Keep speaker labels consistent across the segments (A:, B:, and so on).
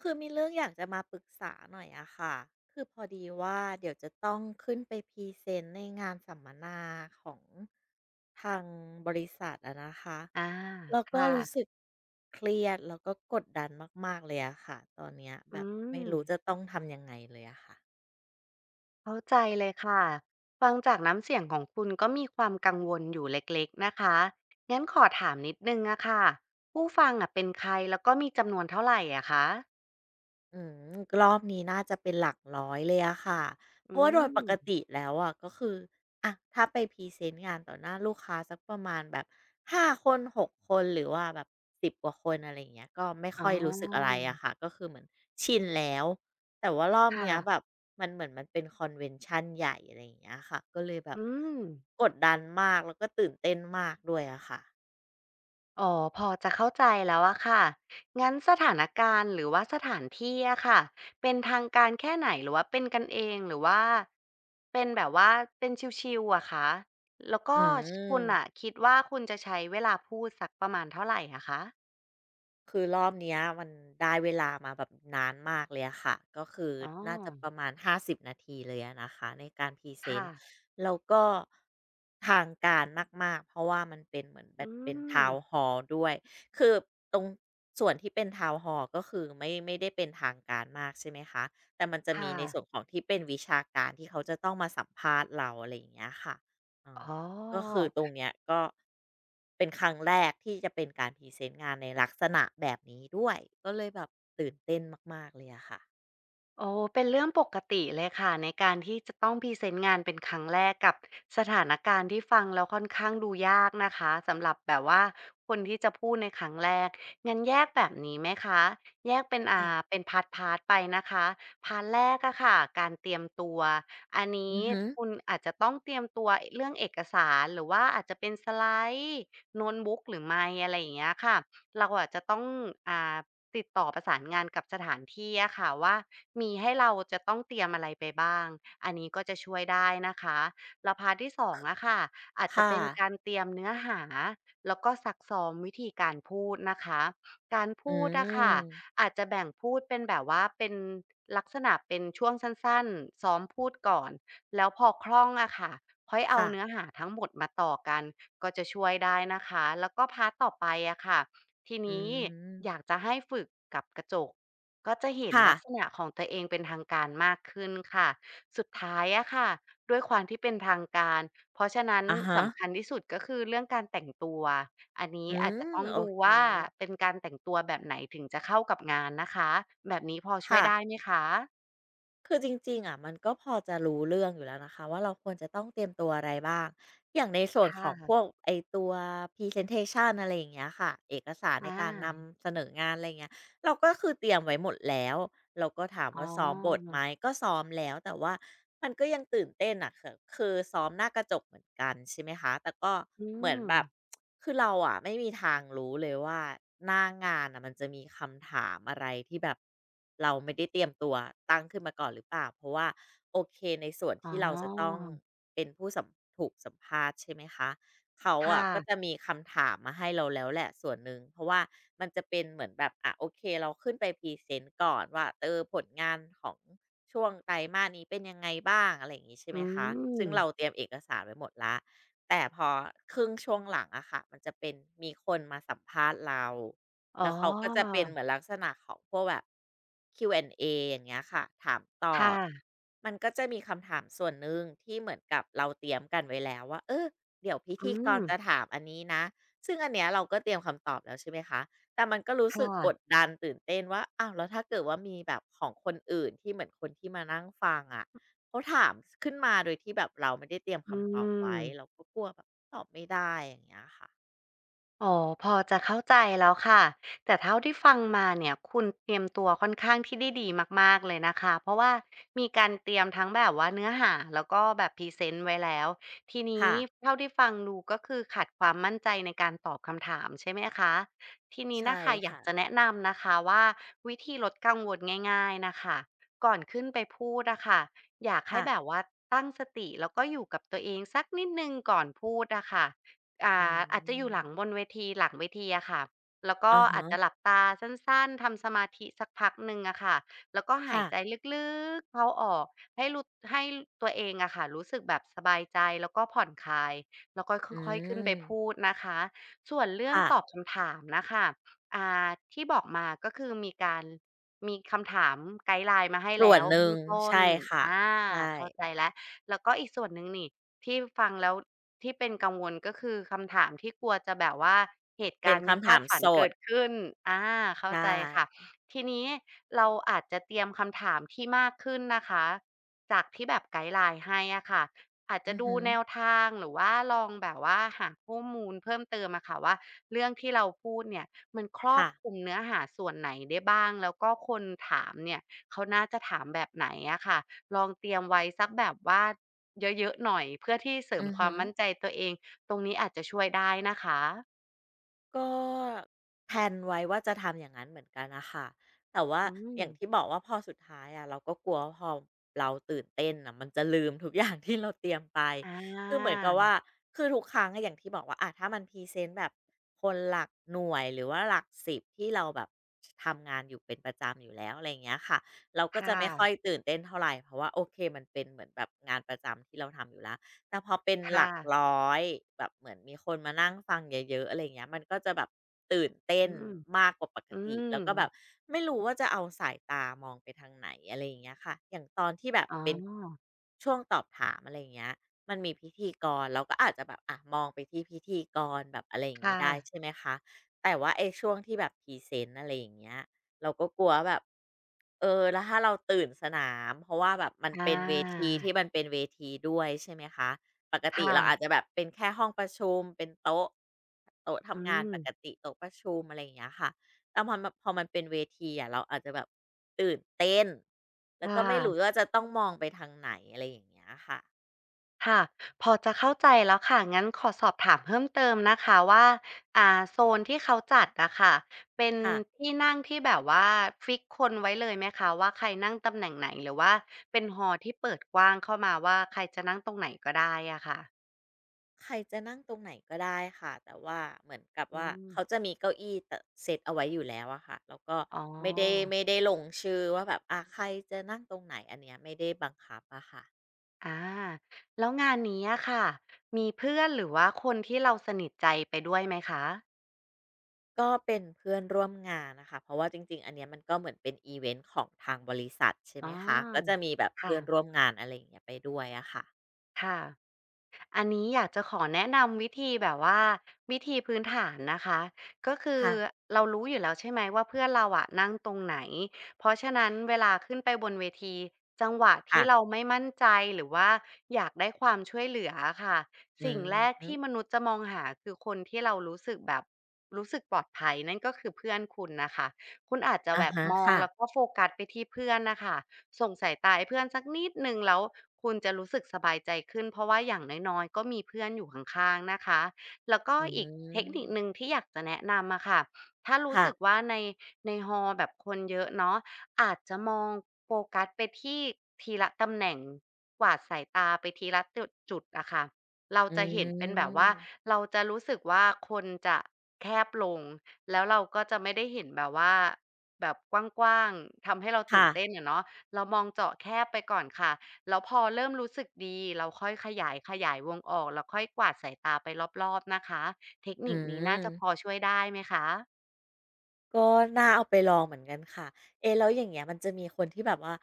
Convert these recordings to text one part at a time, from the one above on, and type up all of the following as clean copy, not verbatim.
A: คือมีเรื่องอยากจะมาปรึกษาหน่อยอะค่ะ คือพอดีว่าเดี๋ยวจะต้องขึ้นไปพรีเซนต์ในงานสัมมนาของทางบริษัทอะนะคะ
B: อา
A: แล้ว
B: ค
A: ก็รู้สึ
B: ่ะ
A: กเครียดแล้วก็กดดันมากๆเลยอะค่ะ ตอนเนี้ยแบ
B: อื
A: บไม่
B: ม
A: รู้จะต้องทำยังไงเลยอะค่ะ
B: เข้าใจเลยค่ะ ฟังจากน้ำเสียงของคุณก็มีความกังวลอยู่เล็กๆนะคะ งั้นขอถามนิดหนึ่งอะค่ะ ผู้ฟังอะเป็นใครแล้วก็มีจำนวนเท่าไรอะคะ
A: อืมรอบนี้น่าจะเป็นหลักร้อยเลยอะค่ะเพ
B: อื
A: ราะว่าโดยปก
B: ม
A: ติแล้วอะก็คืออะถ้าไปพรีเซนต์งานต่อหน้าลูกค้าสักประมาณแบบ5 คน6 คนหรือว่าแบบ10 กว่าคนอะไรอย่างเงี้ยก็ไม่
B: อ๋อ
A: ค่อยรู้สึกอะไรอะค่ะก็คือเหมือนชินแล้วแต่ว่ารอบ
B: ค่ะ
A: เนี้ยแบบมันเหมือนมันเป็นคอนเวนชันใหญ่อะไรอย่างเงี้ยค่ะก็เลยแบบ
B: อืม
A: กดดันมากแล้วก็ตื่นเต้นมากด้วยอะค่ะ
B: อ๋อพอจะเข้าใจแล้วอะค่ะงั้นสถานการณ์หรือว่าสถานที่อะค่ะเป็นทางการแค่ไหนหรือว่าเป็นกันเองหรือว่าเป็นแบบว่าเป็นชิลๆอะคะแล้ว
A: อื
B: ก็คุณอะ
A: ม
B: คิดว่าคุณจะใช้เวลาพูดสักประมาณเท่าไหรอะคะ
A: คือรอบเนี้ยมันได้เวลามาแบบนานมากเลยอะค่ะก็คือ
B: อ๋อ
A: น่าจะประมาณ5บนาทีเลยอะนะคะในการพรีเซน
B: ค่ะ
A: ต์แล้วก็ทางการมากๆเพราะว่ามันเป็นเหมือนแบ
B: อื
A: บเป็น
B: ม
A: ทาวน์ฮอลด้วยคือตรงส่วนที่เป็นทาวน์ฮอลก็คือไม่ได้เป็นทางการมากใช่ไหมคะแต่มันจะมี
B: ค่ะ
A: ในส่วนของที่เป็นวิชาการที่เขาจะต้องมาสัมภาษณ์เราอะไรอย่างเงี้ยค่ะเออ
B: อ๋อ
A: ก็คือตรงเนี้ยก็เป็นครั้งแรกที่จะเป็นการพรีเซนต์งานในลักษณะแบบนี้ด้วยก็เลยแบบตื่นเต้นมากๆเลยอะค่ะ
B: โอ้เป็นเรื่องปกติเลยค่ะในการที่จะต้องพรีเซนต์งานเป็นครั้งแรกกับสถานการณ์ที่ฟังแล้วค่อนข้างดูยากนะคะสำหรับแบบว่าคนที่จะพูดในครั้งแรกงั้นแยกแบบนี้ไหมคะแยกเป็น
A: ค่ะ
B: เป็นพาร์ทพาร์ทไปนะคะพาร์ทแรกอะค่ะการเตรียมตัวอันนี้
A: อือฮึ
B: คุณอาจจะต้องเตรียมตัวเรื่องเอกสารหรือว่าอาจจะเป็นสไลด์โน้ตบุ๊กหรือไม่อะไรอย่างเงี้ยค่ะเราอะจจะต้องอ่าติดต่อประสานงานกับสถานที่อะค่ะว่า มีให้เราจะต้องเตรียมอะไรไปบ้าง อันนี้ก็จะช่วยได้นะคะแล้วพาร์ตที่สองอะค่ะอาจจะ
A: ค่ะ
B: เป็นการเตรียมเนื้อหา แล้วก็ซักซ้อมวิธีการพูดนะคะ การ
A: อื
B: พูดอะค่ะ
A: ม
B: อาจจะแบ่งพูดเป็นแบบว่าเป็นลักษณะเป็นช่วงสั้นๆซ้อมพูดก่อน แล้วพอคล่องอะค่ะค่อยเอา
A: ค่ะ
B: เนื้อหาทั้งหมดมาต่อกัน ก็จะช่วยได้นะคะแล้วก็พาร์ตต่อไปอะค่ะที
A: อื
B: นี้อยาก
A: ม
B: จะให้ฝึกกับกระจก ก็จะเห็น
A: ค่ะ
B: ลักษณะของตัวเองเป็นทางการมากขึ้นค่ะสุดท้ายอะค่ะด้วยความที่เป็นทางการเพราะฉะนั้น
A: อะฮะ
B: สำคัญที่สุดก็คือเรื่องการแต่งตัวอันนี้
A: อื
B: อาจจะ
A: ม
B: ต้อง
A: โอ
B: ดู
A: เค
B: ว่าเป็นการแต่งตัวแบบไหนถึงจะเข้ากับงานนะคะแบบนี้พอช่วย
A: ค่ะ
B: ได้ไหมคะ
A: คือจริงๆอะมันก็พอจะรู้เรื่องอยู่แล้วนะคะว่าเราควรจะต้องเตรียมตัวอะไรบ้างอย่างในส่วนขอ
B: ค่ะ
A: งพวกไอ้ตัว presentation อะไรอย่างเงี้ยค่ะเอกสารใน
B: อา
A: การนำเสนองานอะไรอย่างเงี้ย เราก็คือเตรียมไว้หมดแล้ว เราก็ถาม
B: อ๋อ
A: ว่าซ้อมบทไหมก็ซ้อมแล้วแต่ว่ามันก็ยังตื่นเต้นอะคือซ้อมหน้ากระจกเหมือนกันใช่ไหมคะแต่ก็
B: อื
A: เหมือน
B: ม
A: แบบคือเราอะไม่มีทางรู้เลยว่าหน้างานน่ะมันจะมีคำถามอะไรที่แบบเราไม่ได้เตรียมตัวตั้งขึ้นมาก่อนหรือเปล่าเพราะว่าโอเคในส่วน
B: อ๋อ
A: ที่เราจะต้องเป็นผู้สัมถูกสัมภาษณ์ใช่ไหมคะ เขา
B: ค่ะ
A: อะก็จะมีคำถามมาให้เราแล้วแหละส่วนหนึ่งเพราะว่ามันจะเป็นเหมือนแบบอ่ะโอเคเราขึ้นไปพรีเซนต์ก่อนว่าเออผลงานของช่วงไตรมาสนี้เป็นยังไงบ้างอะไรอย่างงี้ใช่ไหม
B: อื
A: คะซึ่ง
B: ม
A: เราเตรียมเอกสารไว้หมดแล้วแต่พอครึ่งช่วงหลังอะค่ะมันจะเป็นมีคนมาสัมภาษณ์เรา
B: อ๋อ
A: แล้วเขาก็จะเป็นเหมือนลักษณะของพวกแบบ Q&A อนด์เออย่างเงี้ยค่ะถามตอ
B: ค่ะ
A: บมันก็จะมีคำถามส่วนหนึ่งที่เหมือนกับเราเตรียมกันไว้แล้วว่าเออ เดี๋ยวพิ
B: อื
A: ธีกร
B: ม
A: จะถามอันนี้นะซึ่งอันเนี้ยเราก็เตรียมคำตอบแล้วใช่ไหมคะแต่มันก็รู้สึ
B: ค่ะ
A: กกดดันตื่นเต้นว่าอ้าวแล้วถ้าเกิดว่ามีแบบของคนอื่นที่เหมือนคนที่มานั่งฟังอะเขาถามขึ้นมาโดยที่แบบเราไม่ได้เตรียม
B: อื
A: คำตอบไว้
B: ม
A: เราก็กลัวแบบตอบไม่ได้อย่างเงี้ยค่ะ
B: อ๋อพอจะเข้าใจแล้วค่ะแต่เท่าที่ฟังมาเนี่ยคุณเตรียมตัวค่อนข้างที่ได้ดีมากๆเลยนะคะเพราะว่ามีการเตรียมทั้งแบบว่าเนื้อหาแล้วก็แบบพรีเซนต์ไว้แล้วทีนี้
A: ค่ะ
B: เท่าที่ฟังดูก็คือขาดความมั่นใจในการตอบคำถามใช่ไหมคะทีนี้
A: ใช่
B: น่ะค่ะอยาก
A: ค่ะ
B: จะแนะนำนะคะว่าวิธีลดกังวลง่ายๆน่ะค่ะก่อนขึ้นไปพูดอะค่ะอยากให้แบบ
A: ค่ะ
B: ว่าตั้งสติแล้วก็อยู่กับตัวเองสักนิดหนึ่งก่อนพูดอะค่ะ อ่
A: อื
B: าอาจจะอยู่
A: ม
B: หลังเวทีอะค่ะแล้วก็
A: อะ
B: อาจจะ
A: ฮะ
B: หลับตาสั้นๆทำสมาธิสักพักหนึ่งอะค่ะแล้วก็หาย
A: ค่ะ
B: ใจลึกๆเข้าออกให้รู้ให้ตัวเองอะค่ะรู้สึกแบบสบายใจแล้วก็ผ่อนคลายแล้วก็
A: อื
B: ค่อยๆขึ้นไป
A: ม
B: พูดนะคะส่วนเรื่อง
A: ค่ะ
B: ตอบคำถามน่ะค่ะอ่าที่บอกมาก็คือมีคำถามไกด์ไลน์มาให้
A: ส่ว
B: แล้
A: น
B: ว
A: หนึ่
B: เบื้
A: ง
B: องต้น
A: ใช่ค่ะ
B: อา
A: ใช่
B: เข้าใจแล้วแล้วก็อีกส่วนหนึ่งนี่ที่ฟังแล้ว ที่เป็นกังวลก็คือคำถามที่กลัวจะแบบว่าเหตุ
A: เป็
B: กา
A: น
B: รณ์ไม่
A: คำ
B: คา
A: ถา
B: ด
A: ม
B: ฝัน
A: ส
B: เกิ
A: ด
B: ดขึ้นอาเข้า
A: ใช่
B: ใจค่ะทีนี้เราอาจจะเตรียมคำถามที่มากขึ้นนะคะจากที่แบบไกด์ไลน์ให้อะค่ะอาจจะ
A: อือ
B: ดู
A: ฮึ
B: แนวทางหรือว่าลองแบบว่าหาข้อมูลเพิ่มเติมอะค่ะว่าเรื่องที่เราพูดเนี่ยมันครอ
A: ค่ะ
B: บคลุมเนื้อหาส่วนไหนได้บ้างแล้วก็คนถามเนี่ยเขาน่าจะถามแบบไหนอะค่ะลองเตรียมไว้สักแบบว่า เยอะๆ หน่อยเพื่อที่เสริม
A: อือ
B: ควา
A: ฮึ
B: มมั่นใจตัวเองตรงนี้อาจจะช่วยได้นะคะ
A: ก็แพลนไว้ว่าจะทำอย่างนั้นเหมือนกันนะคะแต่ว่า
B: อื
A: อ
B: ม
A: ย่างที่บอกว่าพอสุดท้ายอะเราก็กลัวว่าพอเราตื่นเต้นอ่ะมันจะลืมทุกอย่างที่เราเตรียมไป
B: อ
A: คือเหมือน
B: า
A: กับว่าคือทุกครั้งอะอย่างที่บอกว่าอะถ้ามันพรีเซนต์แบบคนหลักหน่วยหรือว่าหลักสิบที่เราแบบทำงานอยู่เป็นประจำอยู่แล้วอะไรอย่างเงี้ยค่ะเราก็จะ
B: ค่ะ
A: ไม่ค่อยตื่นเต้นเท่าไหรเพราะว่าโอเคมันเป็นเหมือนแบบงานประจำที่เราทำอยู่แล้ว แต่พอเป็นห
B: ค่ะ
A: ลักร้อยแบบเหมือนมีคนมานั่งฟังเยอะๆอะไรเงี้ยมันก็จะแบบตื่นเต้
B: อื
A: น
B: ม
A: มากกว่าปก
B: อื
A: ติ
B: ม
A: แล้วก็แบบไม่รู้ว่าจะเอาสายตามองไปทางไหนอะไรอย่างเงี้ยค่ะอย่างตอนที่แบบ
B: อ๋อ
A: เป็นช่วงตอบถามอะไรเงี้ยมันมีพิธีกรเราก็อาจจะแบบอะมองไปที่พิธีกรแบบอะไรอย่างงี้
B: ค่ะ
A: ได้ใช่ไหมคะแต่ว่าไอ้ช่วงที่แบบพรีเซนต์อะไรอย่างเงี้ยเราก็กลัวแบบเออแล้วถ้าเราตื่นสนามเพราะว่าแบบมัน
B: อา
A: เป็นเวทีที่มันเป็นเวทีด้วยใช่ไหมคะ ปกติ
B: ค่ะ
A: เราอาจจะแบบเป็นแค่ห้องประชุมเป็นโต๊ะโต๊ะ
B: อื
A: ทำงานป
B: ม
A: กติโต๊ะประชุมอะไรอย่างเงี้ยค่ะแต่พอมันเป็นเวทีอะเราอาจจะแบบตื่นเต้นแล้ว
B: ค่
A: ก็ไม่รู้
B: ะ
A: ว่าจะต้องมองไปทางไหนอะไรอย่างเงี้ยค่ะ
B: ค่ะพอจะเข้าใจแล้วค่ะงั้นขอสอบถามเพิ่มเติมนะคะว่าอ่าโซนที่เขาจัดอะค่ะเป็น
A: ค่ะ
B: ที่นั่งที่แบบว่าฟิกคนไว้เลยไหมคะว่าใครนั่งตำแหน่งไหนหรือว่าเป็นฮอลที่เปิดกว้างเข้ามาว่าใครจะนั่งตรงไหนก็ได้อะค่ะ
A: ใครจะนั่งตรงไหนก็ได้ค่ะแต่ว่าเหมือนกับ
B: อื
A: ว่า
B: ม
A: เขาจะมีเก้าอี้เซตเอาไว้อยู่แล้วอะค่ะแล้วก็
B: อ๋อ
A: ไม่ได้ลงชื่อว่าแบบอาใครจะนั่งตรงไหนอันเนี้ยไม่ได้บังคับอะค่ะ
B: อาแล้วงานนี้อะค่ะมีเพื่อนหรือว่าคนที่เราสนิทใจไปด้วยไหมคะ
A: ก็เป็นเพื่อนร่วมงานนะคะเพราะว่าจริงๆ อันเนี้ยมันก็เหมือนเป็นอีเวนต์ของทางบริษัทใช่
B: อ๋
A: ไหม
B: อ
A: คะก็จะมีแบบ
B: ค่ะ
A: เพื่อนร่วมงานอะไรอย่างเงี้ยไปด้วยอะค่ะ
B: ค่ะ อันนี้อยากจะขอแนะนำวิธีแบบว่าวิธีพื้นฐานนะคะก็คือ
A: ค่ะ
B: เรารู้อยู่แล้วใช่ไหมว่าเพื่อนเราอะนั่งตรงไหนเพราะฉะนั้นเวลาขึ้นไปบนเวทีจังหวะที่
A: ค่ะ
B: เราไม่มั่นใจหรือว่าอยากได้ความช่วยเหลืออะค่ะ
A: อื
B: สิ่ง
A: ม
B: แร
A: อ
B: ก
A: ฮึ
B: ที่มนุษย์จะมองหาคือคนที่เรารู้สึกแบบรู้สึกปลอดภัยนั่นก็คือเพื่อนคุณนะคะคุณอาจจะ
A: อะ
B: แบบ
A: ฮะ
B: มอง
A: ค่ะ
B: แล้วก็โฟกัสไปที่เพื่อนนะคะ ส่งสายตาให้เพื่อนสักนิดนึงแล้วคุณจะรู้สึกสบายใจขึ้นเพราะว่าอย่างน้อยๆก็มีเพื่อนอยู่ข้างๆนะคะแล้วก็
A: อื
B: อีกเทคนิคหนึ่ง
A: ม
B: ที่อยากจะแนะนำอะค่ะถ้ารู้
A: ค่ะ
B: สึกว่าในฮอลล์แบบคนเยอะเนาะอาจจะมองโฟกัสไปที่ทีละตำแหน่งกวาดสายตาไปทีละจุดจุดอะค่ะเรา
A: อื
B: จะเห็นเป็นแบบว่า
A: ม
B: เราจะรู้สึกว่าคนจะแคบลงแล้วเราก็จะไม่ได้เห็นแบบว่าแบบกว้างๆทำให้เราตื่
A: ค่ะ
B: นเต้นอะเนาะ เรามองเจาะแคบไปก่อนค่ะแล้วพอเริ่มรู้สึกดีเราค่อยขยายวงออกแล้วค่อยกวาดสายตาไปรอบๆนะคะเทค
A: อื
B: นิคนี้น่าจะพอ
A: ม
B: ช่วยได้ไหมคะ
A: ก็น่าเอาไปลองเหมือนกันค่ะเอ๊ะแล้วอย่างเงี้ยมันจะมีคนที่แบบว่า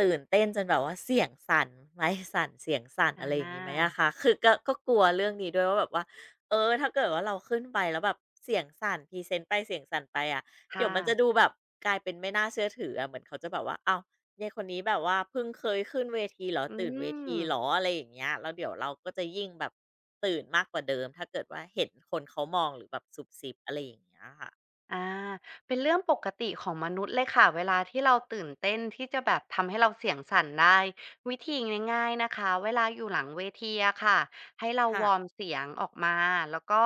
A: ตื่นเต้นจนแบบว่าเสียงสั่นไม้สั่นเสียงสั่น
B: อา
A: อะไรอย่างงี้ไหมอะคะคือก็กลัวเรื่องนี้ด้วยว่าแบบว่าเออถ้าเกิดว่าเราขึ้นไปแล้วแบบเสียงสั่นพรีเซนต์ไปเสียงสั่นไปอะเดี๋ยว
B: ค่ะ
A: มันจะดูแบบกลายเป็นไม่น่าเชื่อถืออะเหมือนเขาจะแบบว่าอ้าวยายคนนี้แบบว่าเพิ่งเคยขึ้นเวทีเหรอ
B: อื
A: ตื่นเวที
B: ม
A: เหรออะไรอย่างเงี้ยแล้วเดี๋ยวเราก็จะยิ่งแบบตื่นมากกว่าเดิมถ้าเกิดว่าเห็นคนเขามองหรือแบบซุบซิบอะไรอย่างเงี้ยค่ะ
B: อาเป็นเรื่องปกติของมนุษย์เลยค่ะเวลาที่เราตื่นเต้นที่จะแบบทำให้เราเสียงสั่นได้วิธีง่ายๆนะคะเวลาอยู่หลังเวทีอะค่ะให้เรา
A: ค่ะ
B: วอร์มเสียงออกมาแล้วก็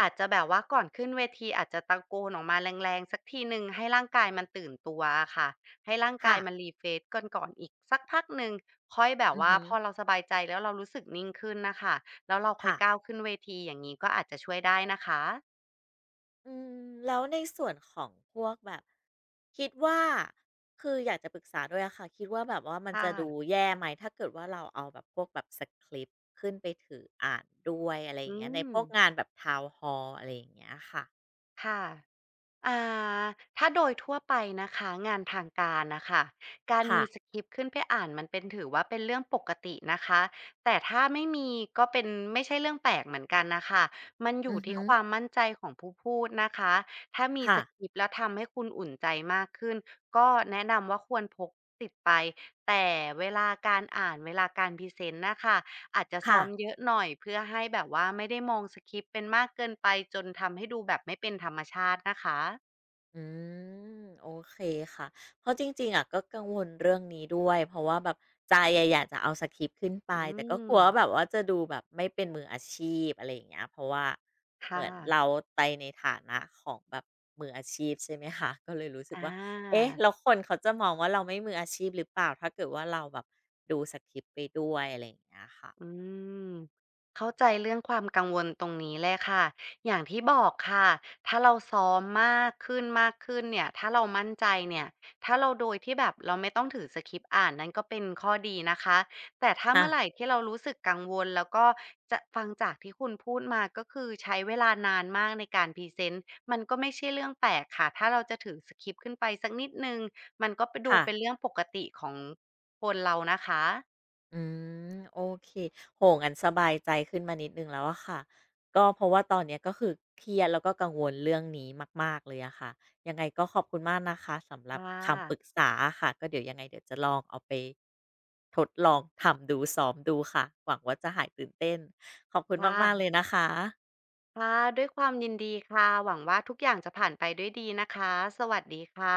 B: อาจจะแบบว่าก่อนขึ้นเวทีอาจจะตะโกนออกมาแรงๆสักทีหนึ่งให้ร่างกายมันตื่นตัวค่ะให้ร่างกา
A: ค่ะ
B: ยมัน r e เฟรช h กันก่อนอีกสักพักหนึ่งค่อยแบบ
A: อือ
B: ว่า
A: ฮึ
B: พอเราสบายใจแล้วเรารู้สึกนิ่งขึ้นนะคะแล้วเราค่อย
A: ค่ะ
B: ก้าวขึ้นเวทีอย่างนี้ก็อาจจะช่วยได้นะคะ
A: อืมแล้วในส่วนของพวกแบบคิดว่าคืออยากจะปรึกษาด้วยอะค่ะคิดว่าแบบว่ามัน
B: ค
A: จะดู
B: ่ะ
A: แย่ไหมถ้าเกิดว่าเราเอาแบบพวกแบบสคริปต์ขึ้นไปถืออ่านด้วยอะไรอย่าง
B: อื
A: เงี้ยในพ
B: ม
A: วกงานแบบทาว n อลล์อะไรอย่างเงี้ยค่ะ
B: ค่ะอ่าถ้าโดยทั่วไปนะคะงานทางการนะคะการ
A: ค่ะ
B: มีสคริปต์ขึ้นไปอ่านมันเป็นถือว่าเป็นเรื่องปกตินะคะแต่ถ้าไม่มีก็เป็นไม่ใช่เรื่องแปลกเหมือนกันนะคะมันอ
A: อื
B: ยู่
A: อ
B: ที่
A: ฮึ
B: ความมั่นใจของผู้พูดนะคะถ้ามีส
A: ค่ะ
B: คริปต์แล้วทำให้คุณอุ่นใจมากขึ้นก็แนะนำว่าควรพกติดไปแต่เวลาการอ่านเวลาการพรีเซนต์นะคะ อาจจะซ้
A: ค่ะ
B: อมเยอะหน่อยเพื่อให้แบบว่าไม่ได้มองสกริปต์เป็นมากเกินไปจนทำให้ดูแบบไม่เป็นธรรมชาตินะคะ
A: อืมโอเคค่ะเพราะจริงๆอะก็กังวลเรื่องนี้ด้วยเพราะว่าแบบใจอะอยากจะเอาสคริปต์ขึ้นไป
B: อื
A: แต่ก็ก
B: ม
A: ลัวว่าแบบว่าจะดูแบบไม่เป็นมืออาชีพอะไรอย่างเงี้ยเพราะว่าเห
B: ค่ะ
A: มือนเราไปในฐานะของแบบมืออาชีพใช่ไหมคะก็เลยรู้สึก
B: อา
A: ว่าเอ๊ะแล้วคนเขาจะมองว่าเราไม่มืออาชีพหรือเปล่าถ้าเกิดว่าเราแบบดูสคริปต์ไปด้วยอะไรอย่างเงี้ยค่ะ
B: อืมเข้าใจเรื่องความกังวลตรงนี้เลยค่ะอย่างที่บอกค่ะถ้าเราซ้อมมากขึ้นเนี่ยถ้าเรามั่นใจเนี่ยถ้าเราโดยที่แบบเราไม่ต้องถือสคริปต์อ่านนั้นก็เป็นข้อดีนะคะแต่ถ้า
A: ค่ะ
B: เมื่อไหร่ที่เรารู้สึกกังวลแล้วก็จะฟังจากที่คุณพูดมาก็คือใช้เวลานานมากในการพรีเซนต์มันก็ไม่ใช่เรื่องแปลกค่ะถ้าเราจะถือสคริปต์ขึ้นไปสักนิดนึงมันก็ไปดู
A: ค่ะ
B: เป็นเรื่องปกติของคนเรานะคะ
A: อืมโอเคโอ้งั้นสบายใจขึ้นมานิดนึงแล้วอะค่ะก็เพราะว่าตอนเนี้ยก็คือเครียดแล้วก็กังวลเรื่องนี้มากๆเลยอะค่ะยังไงก็ขอบคุณมากนะคะสำหรับ
B: ค่ะ
A: คำปรึกษาอะค่ะก็เดี๋ยวยังไงเดี๋ยวจะลองเอาไปทดลองทำดูซ้อมดูค่ะหวังว่าจะหายตื่นเต้นขอบคุณ
B: ค่
A: มากๆเลย
B: ะ
A: นะคะ
B: ค่ะด้วยความยินดีค่ะหวังว่าทุกอย่างจะผ่านไปด้วยดีนะคะสวัสดีค่ะ